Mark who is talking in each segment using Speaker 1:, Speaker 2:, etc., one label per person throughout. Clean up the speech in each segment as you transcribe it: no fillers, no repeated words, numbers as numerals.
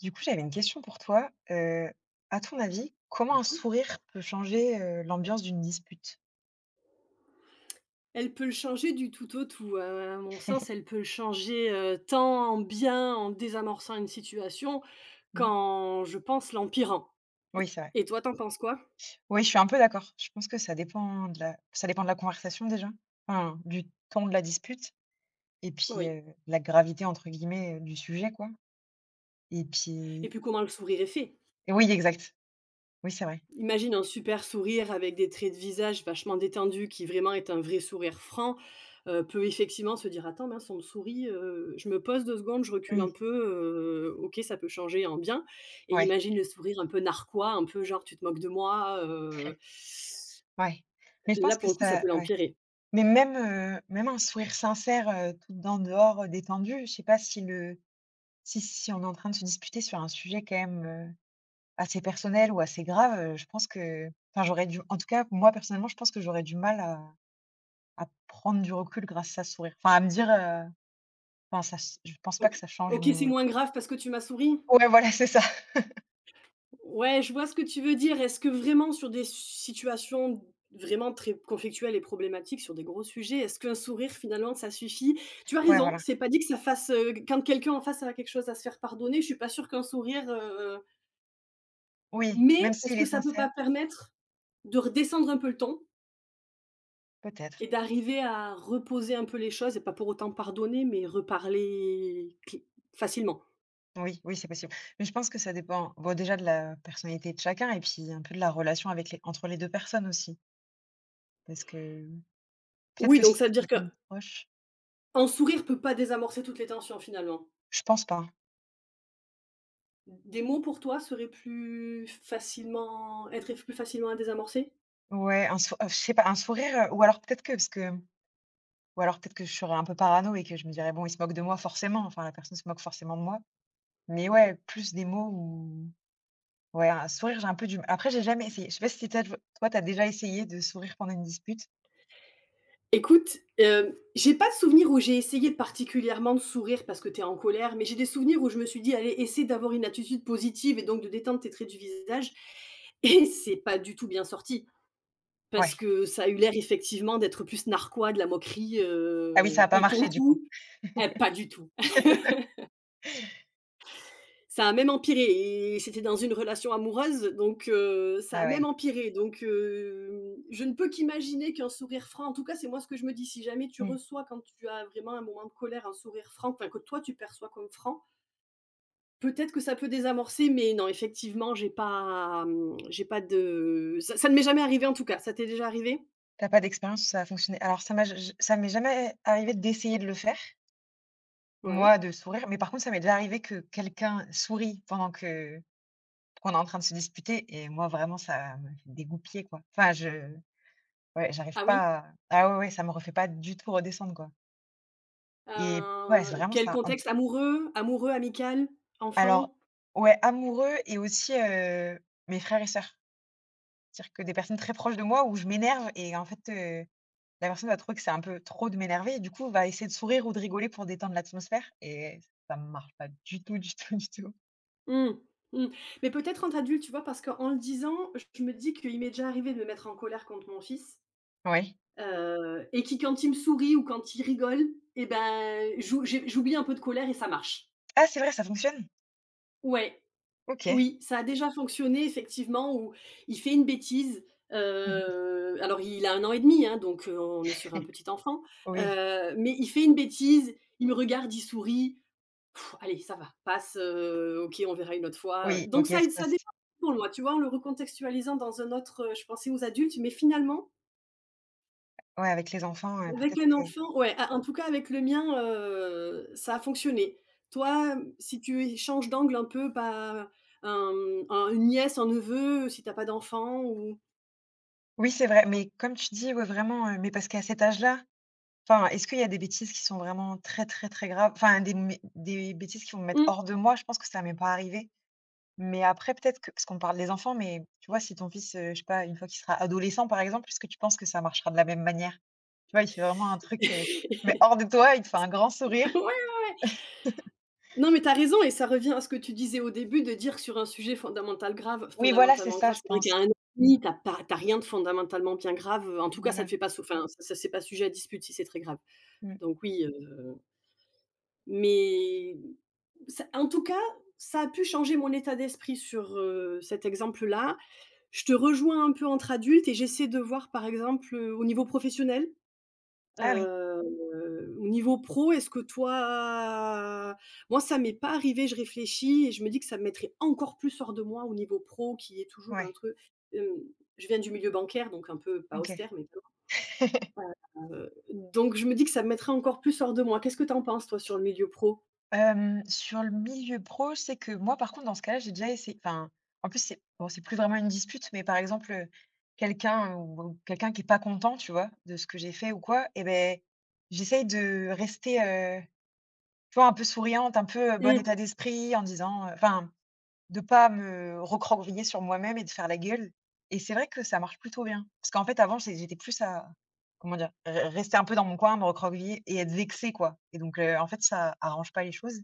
Speaker 1: Du coup, j'avais une question pour toi. À ton avis, comment un
Speaker 2: Mmh.
Speaker 1: sourire peut changer, l'ambiance d'une dispute?
Speaker 2: Elle peut le changer du tout au tout, à mon sens, elle peut le changer, tant en bien, en désamorçant une situation,
Speaker 1: Mmh.
Speaker 2: qu'en, je pense, l'empirant.
Speaker 1: Oui, c'est vrai.
Speaker 2: Et toi, t'en penses quoi?
Speaker 1: Oui, je suis un peu d'accord. Je pense que ça dépend de la conversation déjà, enfin, du ton de la dispute et puis,
Speaker 2: Oui.
Speaker 1: «la gravité» entre guillemets, du sujet quoi et
Speaker 2: Et
Speaker 1: puis
Speaker 2: puis comment le sourire est fait?
Speaker 1: et oui, exact. Oui, c'est vrai.
Speaker 2: Imagine un super sourire avec des traits de visage vachement détendus qui vraiment est un vrai sourire franc, peut effectivement se dire: «Attends mince, on me sourit, je me pose 2 secondes, je recule un
Speaker 1: Mmh.
Speaker 2: peu, OK, ça peut changer en bien». Et
Speaker 1: Ouais,
Speaker 2: imagine le sourire un peu narquois, un peu genre: «Tu te moques de moi».
Speaker 1: ouais. Mais je
Speaker 2: Là,
Speaker 1: pense que
Speaker 2: pour le coup, ça
Speaker 1: ça
Speaker 2: peut
Speaker 1: ouais.
Speaker 2: l'empirer.
Speaker 1: Mais même, même un sourire sincère, tout en dehors, détendu, je sais pas si le si, si, si on est en train de se disputer sur un sujet quand même, assez personnel ou assez grave, je pense que enfin j'aurais du en tout cas moi personnellement je pense que j'aurais du mal à prendre du recul grâce à ce sourire. Enfin à me dire, enfin ça ch je pense pas que
Speaker 2: OK.
Speaker 1: ça change
Speaker 2: OK, c'est
Speaker 1: mon
Speaker 2: moins grave parce que tu m'as souri?
Speaker 1: ouais voilà c'est ça,
Speaker 2: Ouais, je vois ce que tu veux dire. Est-ce que vraiment sur des situations vraiment très conflictuelles et problématiques, sur des gros sujets, est-ce qu'un sourire finalement ça suffit? Tu as
Speaker 1: ouais
Speaker 2: raison,
Speaker 1: voilà.
Speaker 2: c'est pas dit que ça fasse, quand quelqu'un en face a quelque chose à se faire pardonner, je suis pas sûre qu'un sourire,
Speaker 1: Oui, même
Speaker 2: mais est-ce
Speaker 1: s'il
Speaker 2: que
Speaker 1: est
Speaker 2: ça peut
Speaker 1: sincère,
Speaker 2: pas permettre de redescendre un peu le ton
Speaker 1: peut-être.
Speaker 2: et d'arriver à reposer un peu les choses et pas pour autant pardonner, mais reparler cl facilement?
Speaker 1: Oui, oui, c'est possible. Mais je pense que ça dépend, bon, déjà de la personnalité de chacun et puis un peu de la relation avec les entre les 2 personnes aussi. Parce que peut-être
Speaker 2: Oui,
Speaker 1: que
Speaker 2: donc
Speaker 1: si
Speaker 2: ça veut
Speaker 1: c'est
Speaker 2: dire que
Speaker 1: quelqu'un de proche
Speaker 2: un sourire peut pas désamorcer toutes les tensions finalement.
Speaker 1: je pense pas.
Speaker 2: Des mots pour toi seraient plus facilement à désamorcer?
Speaker 1: Ouais, un sou je sais pas, un sourire, ou alors peut-être que parce que ou alors peut-être que je serais un peu parano et que je me dirais: «Bon, il se moque de moi forcément, enfin la personne se moque forcément de moi». Mais ouais, plus des mots ou ouais, un sourire, j'ai un peu du m après j'ai jamais essayé. Je sais pas si tu toi, t'as déjà essayé de sourire pendant une dispute?
Speaker 2: Écoute, j'ai pas de souvenir où j'ai essayé particulièrement de sourire parce que t'es en colère, mais j'ai des souvenirs où je me suis dit: «Allez, essaie d'avoir une attitude positive et donc de détendre tes traits du visage» et c'est pas du tout bien sorti parce
Speaker 1: Ouais.
Speaker 2: que ça a eu l'air effectivement d'être plus narquois, de la moquerie,
Speaker 1: Ah oui, ça a pas
Speaker 2: et pour le
Speaker 1: marché du coup?
Speaker 2: coup, pas du tout. Ça a même empiré et c'était dans une relation amoureuse, donc ça a
Speaker 1: Ah
Speaker 2: même
Speaker 1: ouais.
Speaker 2: empiré, donc je ne peux qu'imaginer qu'un sourire franc en tout cas, c'est moi ce que je me dis, si jamais tu
Speaker 1: Mmh.
Speaker 2: reçois quand tu as vraiment un moment de colère, un sourire franc, enfin que toi tu perçois comme franc, peut-être que ça peut désamorcer, mais non, effectivement, j'ai pas, de ça ça ne m'est jamais arrivé en tout cas. Ça t'est déjà arrivé?
Speaker 1: Tu pas d'expérience où ça a fonctionné? Alors ça m'a j ça m'est jamais arrivé d'essayer de le faire,
Speaker 2: Ouais.
Speaker 1: moi, de sourire. Mais par contre, ça m'est déjà arrivé que quelqu'un sourit pendant que qu'on est en train de se disputer et moi vraiment ça me fait dégoupiller quoi. Enfin je ouais, j'arrive
Speaker 2: Ah oui?
Speaker 1: pas à ah ouais, ouais, ça me refait pas du tout redescendre quoi et ouais, c'est vraiment
Speaker 2: Quel
Speaker 1: ça un petit
Speaker 2: contexte? Amoureux? Amoureux, amical?
Speaker 1: alors
Speaker 2: Enfant?
Speaker 1: ouais, amoureux et aussi, mes frères et sœurs. C'est-à-dire que des personnes très proches de moi où je m'énerve et en fait, la personne va trouver que c'est un peu trop de m'énerver et du coup va essayer de sourire ou de rigoler pour détendre l'atmosphère et ça me marche pas du tout, du tout, du tout.
Speaker 2: Mmh. Mmh. Mais peut-être en adulte, tu vois? Parce qu'en le disant, je me dis qu'il m'est déjà arrivé de me mettre en colère contre mon fils,
Speaker 1: Oui.
Speaker 2: et qui quand il me sourit ou quand il rigole et ben, j'oublie un peu de colère et ça marche.
Speaker 1: Ah c'est vrai, ça fonctionne?
Speaker 2: Ouais,
Speaker 1: OK.
Speaker 2: oui, ça a déjà fonctionné effectivement où il fait une bêtise, alors il a 1 an et demi, hein, donc on est sur un petit enfant,
Speaker 1: Oui,
Speaker 2: mais il fait une bêtise, il me regarde, il sourit. Pff, allez, ça va, passe, OK, on verra une autre fois, euh.
Speaker 1: oui,
Speaker 2: donc
Speaker 1: OK, ça
Speaker 2: ça aide ça
Speaker 1: passe.
Speaker 2: dépend pour moi, tu vois? En le recontextualisant dans un autre, je pensais aux adultes, mais finalement,
Speaker 1: Ouais, avec les enfants,
Speaker 2: avec
Speaker 1: peut-être
Speaker 2: un
Speaker 1: que
Speaker 2: enfant ouais, ah, en tout cas avec le mien, ça a fonctionné. Toi, si tu changes d'angle un peu, bah, un une nièce, un neveu, si t'as pas d'enfant ou
Speaker 1: oui, c'est vrai, mais comme tu dis, ouais, vraiment, mais parce qu'à cet âge-là, enfin, est-ce qu'il y a des bêtises qui sont vraiment très, très, très graves? Enfin, des mé des bêtises qui vont me mettre
Speaker 2: mmh.
Speaker 1: hors de moi? Je pense que ça m'est pas arrivé, mais après peut-être que parce qu'on parle des enfants, mais tu vois, si ton fils, je sais pas, une fois qu'il sera adolescent, par exemple, est-ce que tu penses que ça marchera de la même manière? Tu vois, il fait vraiment un truc, mais hors de toi, il te fait un grand sourire.
Speaker 2: Ouais, ouais, ouais. Non, mais tu as raison et ça revient à ce que tu disais au début de dire que sur un sujet
Speaker 1: Oui, voilà, c'est
Speaker 2: fondamentalement
Speaker 1: ça,
Speaker 2: grave,
Speaker 1: je
Speaker 2: c'est vrai
Speaker 1: pense.
Speaker 2: qu'à 1 an et demi, tu as rien de fondamentalement bien grave, en tout cas ça
Speaker 1: Voilà.
Speaker 2: te fait pas sau enfin ça ça c'est pas sujet à dispute si c'est très grave.
Speaker 1: Mmh.
Speaker 2: Donc oui, mais ça en tout cas, ça a pu changer mon état d'esprit sur, cet exemple-là. Je te rejoins un peu entre adultes et j'essaie de voir par exemple, au niveau professionnel.
Speaker 1: Ah oui,
Speaker 2: Au niveau pro, est-ce que toi moi ça m'est pas arrivé, je réfléchis et je me dis que ça me mettrait encore plus hors de moi au niveau pro qui est toujours un
Speaker 1: ouais,
Speaker 2: truc, hem, je viens du milieu bancaire donc un peu pas
Speaker 1: OK.
Speaker 2: austère mais quand donc je me dis que ça me mettrait encore plus hors de moi. Qu'est-ce que tu en penses toi sur le milieu pro?
Speaker 1: Sur le milieu pro, c'est que moi, par contre, dans ce cas-là, j'ai déjà essayé enfin, en plus, c'est bon, c'est plus vraiment une dispute, mais par exemple, quelqu'un ou quelqu'un qui est pas content, tu vois, de ce que j'ai fait ou quoi et ben, j'essaye de rester, tu vois, un peu souriante, un peu, bon
Speaker 2: Mmh,
Speaker 1: état d'esprit en disant, enfin, de pas me recroqueviller sur moi-même et de faire la gueule et c'est vrai que ça marche plutôt bien. Parce qu'en fait, avant, c'est j'étais plus à comment dire? Re rester un peu dans mon coin, me recroqueviller et être vexée, quoi et donc en fait, ça arrange pas les choses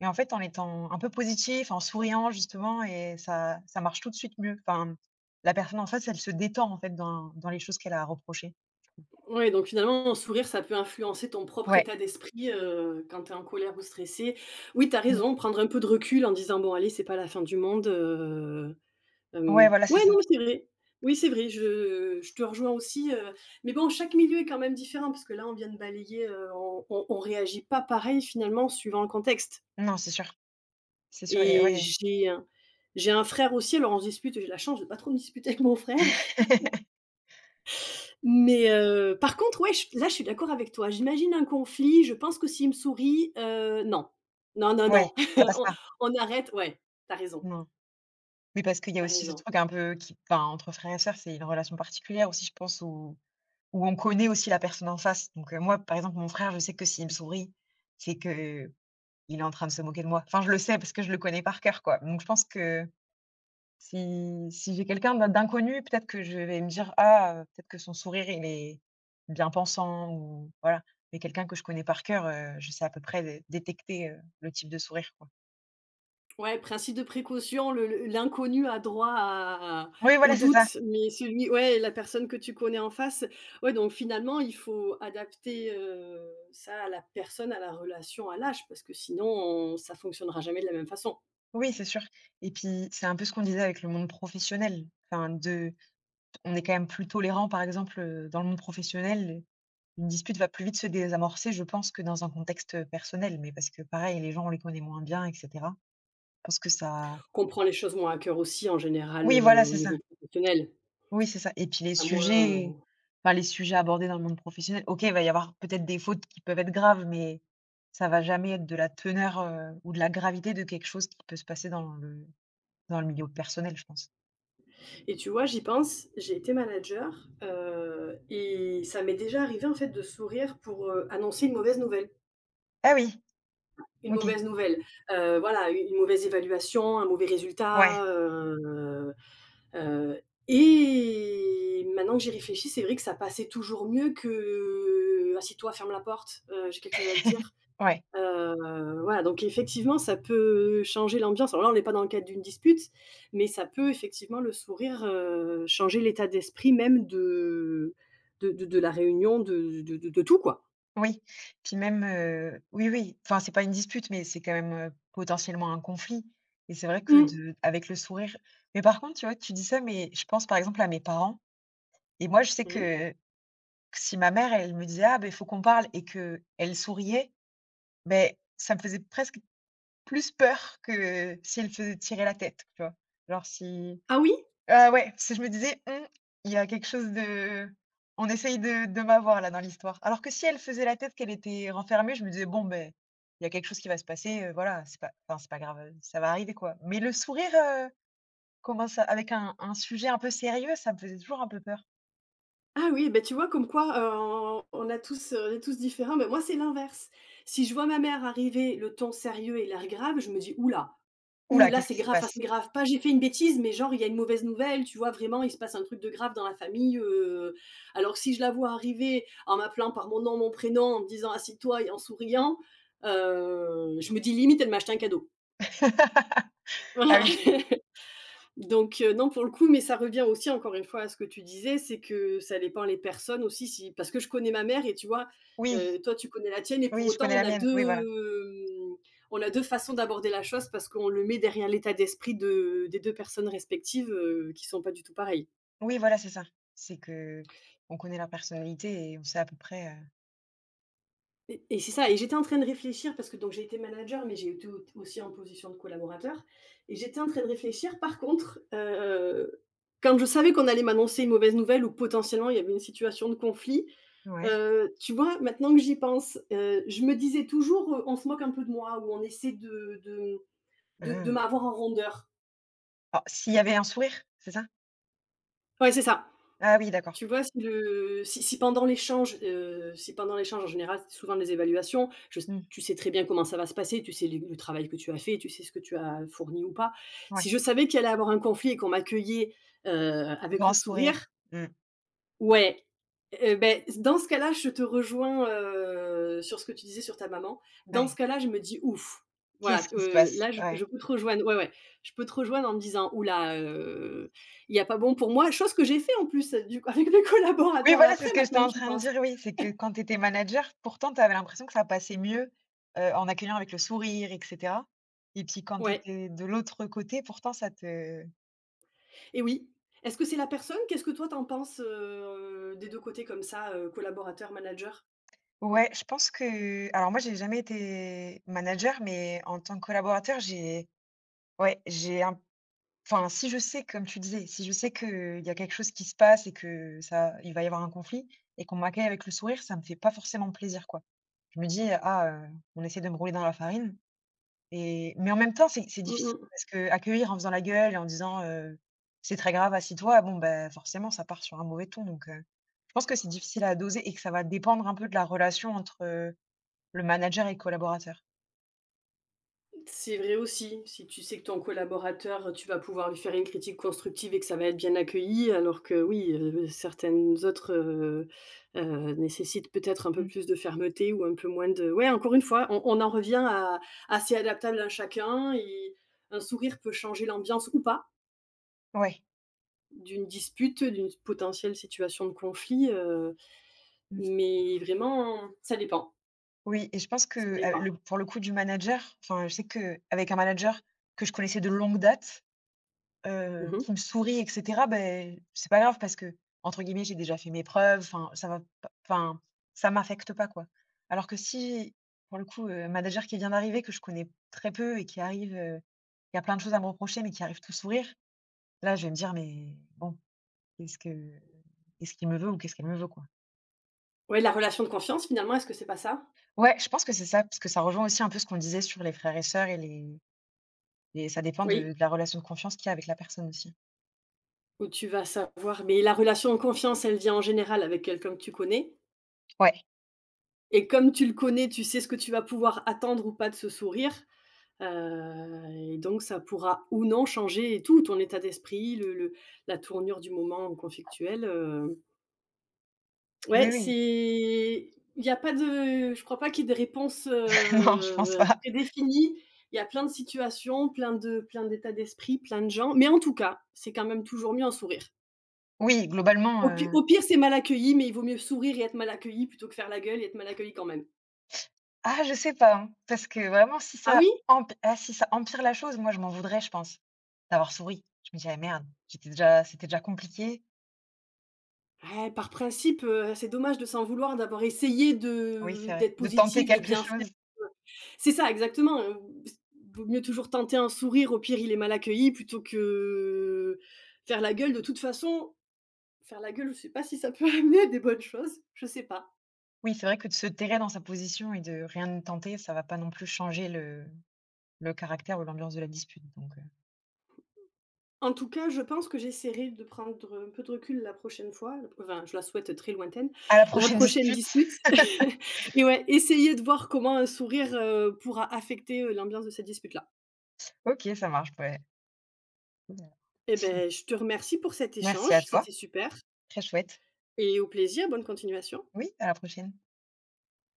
Speaker 1: et en fait, en étant un peu positif, en souriant justement et ça marche tout de suite mieux. Enfin, la personne en face, elle se détend en fait dans les choses qu'elle a à reprocher.
Speaker 2: ouais donc finalement, un sourire, ça peut influencer ton propre
Speaker 1: Ouais,
Speaker 2: état d'esprit, quand tu es en colère ou stressé. Oui, tu as
Speaker 1: mmh.
Speaker 2: raison, prendre un peu de recul en disant: «Bon allez, c'est pas la fin du monde», heu
Speaker 1: Ouais,
Speaker 2: Hem,
Speaker 1: voilà, c'est
Speaker 2: Ouais,
Speaker 1: ça.
Speaker 2: non, mais c'est vrai. Oui, c'est vrai, je te rejoins aussi, mais bon, chaque milieu est quand même différent parce que là, on vient de balayer, on réagit pas pareil finalement suivant le contexte
Speaker 1: Non, c'est sûr et
Speaker 2: et
Speaker 1: ouais.
Speaker 2: j'ai un frère aussi, alors on se dispute, j'ai la chance de pas trop me disputer avec mon frère, mais par contre, ouais, je là, je suis d'accord avec toi. J'imagine un conflit, je pense que s'il me sourit, non. Non, non,
Speaker 1: Ouais,
Speaker 2: non,
Speaker 1: ça passe
Speaker 2: on
Speaker 1: pas.
Speaker 2: on arrête ouais, tu as raison,
Speaker 1: Non. Mais parce qu'il y a
Speaker 2: tu as
Speaker 1: aussi ce
Speaker 2: raison.
Speaker 1: truc un peu qui enfin, entre frères et sœurs, c'est une relation particulière aussi, je pense, où on connaît aussi la personne en face. Donc, moi, par exemple, mon frère, je sais que s'il me sourit, c'est que il est en train de se moquer de moi. Enfin, je le sais parce que je le connais par cœur, quoi. Donc je pense que si j'ai quelqu'un d'in d'inconnu, peut-être que je vais me dire: «Ah, peut-être que son sourire, il est bien-pensant» ou voilà. Mais quelqu'un que je connais par cœur, je sais à peu près dé détecter, le type de sourire, quoi.
Speaker 2: Ouais, principe de précaution, le l'inconnu a droit à
Speaker 1: Oui,
Speaker 2: au
Speaker 1: voilà, c'est ça.
Speaker 2: doute, mais celui ouais, la personne que tu connais en face, ouais, donc finalement il faut adapter, ça à la personne, à la relation, à l'âge, parce que sinon on ça fonctionnera jamais de la même façon.
Speaker 1: Oui, c'est sûr et puis, c'est un peu ce qu'on disait avec le monde professionnel. Enfin, de on est quand même plus tolérant, par exemple, dans le monde professionnel. Une dispute va plus vite se désamorcer, je pense, que dans un contexte, personnel. Mais parce que pareil, les gens, on les connaît moins bien et cetera. Je pense que ça
Speaker 2: Qu'on prend les choses moins à cœur aussi en général,
Speaker 1: oui, voilà,
Speaker 2: au
Speaker 1: c'est ça.
Speaker 2: niveau professionnel,
Speaker 1: Oui, c'est ça et puis les
Speaker 2: à moins, heu
Speaker 1: sujets enfin les sujets abordés dans le monde professionnel, OK, il va y avoir peut-être des fautes qui peuvent être graves, mais ça va jamais être de la teneur, ou de la gravité de quelque chose qui peut se passer dans le milieu personnel, je pense.
Speaker 2: et tu vois, j'y pense, j'ai été manager, et ça m'est déjà arrivé en fait de sourire pour, annoncer une mauvaise nouvelle.
Speaker 1: Ah oui,
Speaker 2: Une
Speaker 1: OK.
Speaker 2: mauvaise nouvelle, voilà, une mauvaise évaluation, un mauvais
Speaker 1: Ouais,
Speaker 2: résultat, heu et maintenant que j'y réfléchis, c'est vrai que ça passait toujours mieux que: «Assieds-toi, ferme la porte, j'ai quelque chose à te dire».
Speaker 1: ouais,
Speaker 2: Voilà, donc effectivement, ça peut changer l'ambiance. Alors là, on n'est pas dans le cadre d'une dispute, mais ça peut effectivement le sourire, changer l'état d'esprit même de la réunion, de tout, quoi.
Speaker 1: oui. Puis même, oui, oui, enfin, c'est pas une dispute, mais c'est quand même, potentiellement un conflit et c'est vrai que
Speaker 2: Mmh.
Speaker 1: de avec le sourire mais par contre, tu vois, tu dis ça, mais je pense par exemple à mes parents et moi, je sais
Speaker 2: Mmh.
Speaker 1: que si ma mère, elle me disait: «Ah ben il faut qu'on parle» et que elle souriait, mais ça me faisait presque plus peur que si elle faisait tirer la tête, tu vois? Genre si
Speaker 2: Ah oui?
Speaker 1: ah ouais, si je me disais: «Mmh, il y a quelque chose de on essaye de m'avoir là dans l'histoire». Alors que si elle faisait la tête qu'elle était renfermée, je me disais: «Bon ben il y a quelque chose qui va se passer, voilà, c'est pas enfin c'est pas grave, ça va arriver quoi». Mais le sourire, comment ça avec un sujet un peu sérieux, ça me faisait toujours un peu peur.
Speaker 2: Ah oui, ben tu vois comme quoi, on est tous différents, mais moi c'est l'inverse. Si je vois ma mère arriver, le ton sérieux et l'air grave, je me dis: oula,
Speaker 1: «Ouh là,
Speaker 2: oula
Speaker 1: qu'est-ce
Speaker 2: c'est
Speaker 1: qui se
Speaker 2: grave, enfin c'est
Speaker 1: passe?»
Speaker 2: grave, pas j'ai fait une bêtise, mais genre il y a une mauvaise nouvelle, tu vois? Vraiment, il se passe un truc de grave dans la famille». Alors que si je la vois arriver en m'appelant par mon nom, mon prénom, en me disant: «Assieds-toi» et en souriant, je me dis: «Limite, elle m'a acheté un cadeau».
Speaker 1: Ah
Speaker 2: Voilà.
Speaker 1: oui,
Speaker 2: Donc non, pour le coup, mais ça revient aussi encore une fois à ce que tu disais, c'est que ça dépend les personnes aussi si parce que je connais ma mère et tu vois,
Speaker 1: oui.
Speaker 2: toi tu connais la tienne et pour
Speaker 1: Oui, je
Speaker 2: autant
Speaker 1: connais
Speaker 2: on
Speaker 1: la
Speaker 2: a
Speaker 1: mienne.
Speaker 2: 2
Speaker 1: Oui, voilà.
Speaker 2: mmh, on a 2 façons d'aborder la chose parce qu'on le met derrière l'état d'esprit de des 2 personnes respectives, qui sont pas du tout pareilles.
Speaker 1: Oui, voilà, c'est ça. C'est que on connaît leur personnalité et on sait à peu près,
Speaker 2: Et c'est ça et j'étais en train de réfléchir parce que donc j'ai été manager, mais j'ai été au aussi en position de collaborateur et j'étais en train de réfléchir par contre, quand je savais qu'on allait m'annoncer une mauvaise nouvelle ou potentiellement il y avait une situation de conflit,
Speaker 1: ouais.
Speaker 2: Tu vois, maintenant que j'y pense, je me disais toujours, «On se moque un peu de moi» ou «On essaie de
Speaker 1: Mmh.
Speaker 2: m'avoir en rondeur».
Speaker 1: Oh, s'il y avait un sourire, c'est ça?
Speaker 2: Ouais, c'est ça.
Speaker 1: Ah oui, d'accord.
Speaker 2: Tu vois, si pendant l'échange, en général, c'est souvent les évaluations, je
Speaker 1: Mmh,
Speaker 2: tu sais très bien comment ça va se passer, tu sais les le travail que tu as fait, tu sais ce que tu as fourni ou pas. Si
Speaker 1: ouais.
Speaker 2: je savais qu'il allait y avoir un conflit et qu'on m'accueillait, heu, avec le
Speaker 1: Grand sourire.
Speaker 2: sourire,
Speaker 1: Mmh,
Speaker 2: ouais, beh, dans ce cas-là, je te rejoins, sur ce que tu disais sur ta maman. Dans ce
Speaker 1: ouais.
Speaker 2: cas-là, je me dis: «Ouf!» voilà,
Speaker 1: Qu'est-ce
Speaker 2: t
Speaker 1: qui se passe?
Speaker 2: là, je
Speaker 1: Ouais.
Speaker 2: je peux te rejoindre ouais, ouais, je peux te rejoindre en me disant: «Ouh là, il y a pas bon pour moi». Chose que j'ai fait en plus, du coup, avec mes
Speaker 1: Oui,
Speaker 2: collaborateurs
Speaker 1: voilà, c'est
Speaker 2: après,
Speaker 1: ce que j'étais
Speaker 2: maintenant que
Speaker 1: en
Speaker 2: j'y
Speaker 1: train de
Speaker 2: pense.
Speaker 1: dire, oui. C'est que quand tu étais manager, pourtant, tu avais l'impression que ça passait mieux, en accueillant avec le sourire et cetera et puis quand tu
Speaker 2: Ouais
Speaker 1: étais de l'autre côté, pourtant ça te
Speaker 2: et oui. Est-ce que c'est la personne? Qu'est-ce que toi, tu en penses, des 2 côtés comme ça, collaborateur, manager?
Speaker 1: ouais, je pense que alors moi j'ai jamais été manager, mais en tant que collaborateur, j'ai ouais, j'ai un enfin si je sais, comme tu disais, si je sais qu'il y a quelque chose qui se passe et que ça il va y avoir un conflit et qu'on m'accueille avec le sourire, ça me fait pas forcément plaisir, quoi. Je me dis: «Ah, on essaie de me rouler dans la farine» et mais en même temps, c'est
Speaker 2: Mmh
Speaker 1: difficile
Speaker 2: mh.
Speaker 1: parce que accueillir en faisant la gueule et en disant, «C'est très grave, assieds-toi», bon, bah, forcément ça part sur un mauvais ton donc je pense que c'est difficile à doser et que ça va dépendre un peu de la relation entre, le manager et collaborateur.
Speaker 2: C'est vrai aussi, si tu sais que ton collaborateur, tu vas pouvoir lui faire une critique constructive et que ça va être bien accueilli, alors que oui, certaines autres, nécessitent peut-être un peu
Speaker 1: Mmh.
Speaker 2: plus de fermeté ou un peu moins de ouais, encore une fois, on en revient à assez adaptable à chacun et un sourire peut changer l'ambiance ou pas
Speaker 1: Ouais.
Speaker 2: d'une dispute, d'une potentielle situation de conflit,
Speaker 1: Mmh.
Speaker 2: mais vraiment, ça dépend,
Speaker 1: Oui et je pense que,
Speaker 2: ça dépend.
Speaker 1: le pour le coup du manager, enfin, je sais que avec un manager que je connaissais de longue date,
Speaker 2: Mmh.
Speaker 1: qui me sourit et cetera, beh, c'est pas grave parce que entre guillemets «j'ai déjà fait mes preuves», enfin, ça va p enfin, ça m'affecte pas, quoi. Alors que si, pour le coup, manager qui vient d'arriver, que je connais très peu et qui arrive, il y a plein de choses à me reprocher, mais qui arrive tout sourire, là, je vais me dire: «Mais bon, qu'est-ce que qu'est-ce qu'il me veut ou qu'est-ce qu'elle me veut, quoi?»
Speaker 2: Ouais, la relation de confiance finalement, est-ce que c'est pas ça?
Speaker 1: Ouais, je pense que c'est ça, parce que ça rejoint aussi un peu ce qu'on disait sur les frères et sœurs et les et ça dépend
Speaker 2: Oui.
Speaker 1: de la relation de confiance qu'il y a avec la personne aussi.
Speaker 2: Où tu vas savoir mais la relation de confiance, elle vient en général avec quelqu'un que tu connais
Speaker 1: Ouais,
Speaker 2: et comme tu le connais, tu sais ce que tu vas pouvoir attendre ou pas de ce sourire, heu et donc ça pourra ou non changer tout, ton état d'esprit, le la tournure du moment conflictuel,
Speaker 1: oui,
Speaker 2: ouais,
Speaker 1: oui.
Speaker 2: c'est il y a pas de je crois pas qu'il y ait des réponses,
Speaker 1: Non, je pense pas.
Speaker 2: prédéfinies. Il y a plein de situations, plein de plein d'états d'esprit, plein de gens, mais en tout cas, c'est quand même toujours mieux un sourire.
Speaker 1: Oui, globalement,
Speaker 2: Au pi au pire, c'est mal accueilli, mais il vaut mieux sourire et être mal accueilli plutôt que faire la gueule et être mal accueilli quand même.
Speaker 1: ah, je sais pas, hein, parce que vraiment si
Speaker 2: Ah
Speaker 1: ça
Speaker 2: oui?
Speaker 1: emp ah, si ça empire la chose, moi je m'en voudrais, je pense, d'avoir souri. Je me dirais: «Merde, j'étais déjà c'était déjà compliqué».
Speaker 2: Par principe, c'est dommage de s'en vouloir d'avoir essayé
Speaker 1: Oui, c'est
Speaker 2: de
Speaker 1: vrai,
Speaker 2: d'être
Speaker 1: de tenter
Speaker 2: positif, de
Speaker 1: quelque
Speaker 2: bien faire,
Speaker 1: chose.
Speaker 2: c'est ça, exactement, vaut mieux toujours tenter un sourire, au pire, il est mal accueilli plutôt que faire la gueule. De toute façon, faire la gueule, je sais pas si ça peut amener à des bonnes choses, je sais pas.
Speaker 1: Oui, c'est vrai que de se terrer dans sa position et de rien ne tenter, ça va pas non plus changer le caractère ou l'ambiance de la dispute, donc
Speaker 2: En tout cas, je pense que j'essaierai de prendre, un peu de recul la prochaine fois, enfin, je la souhaite très lointaine,
Speaker 1: à la
Speaker 2: la
Speaker 1: prochaine
Speaker 2: prochaine
Speaker 1: dispute.
Speaker 2: dispute et ouais, essayer de voir comment un sourire, pourra affecter, l'ambiance de cette dispute-là.
Speaker 1: OK, ça marche, ouais. Voilà.
Speaker 2: Eh ben, je te remercie pour cet
Speaker 1: Merci à
Speaker 2: échange,
Speaker 1: toi.
Speaker 2: c'était super
Speaker 1: Très chouette.
Speaker 2: et au plaisir, bonne continuation.
Speaker 1: Oui, à la prochaine.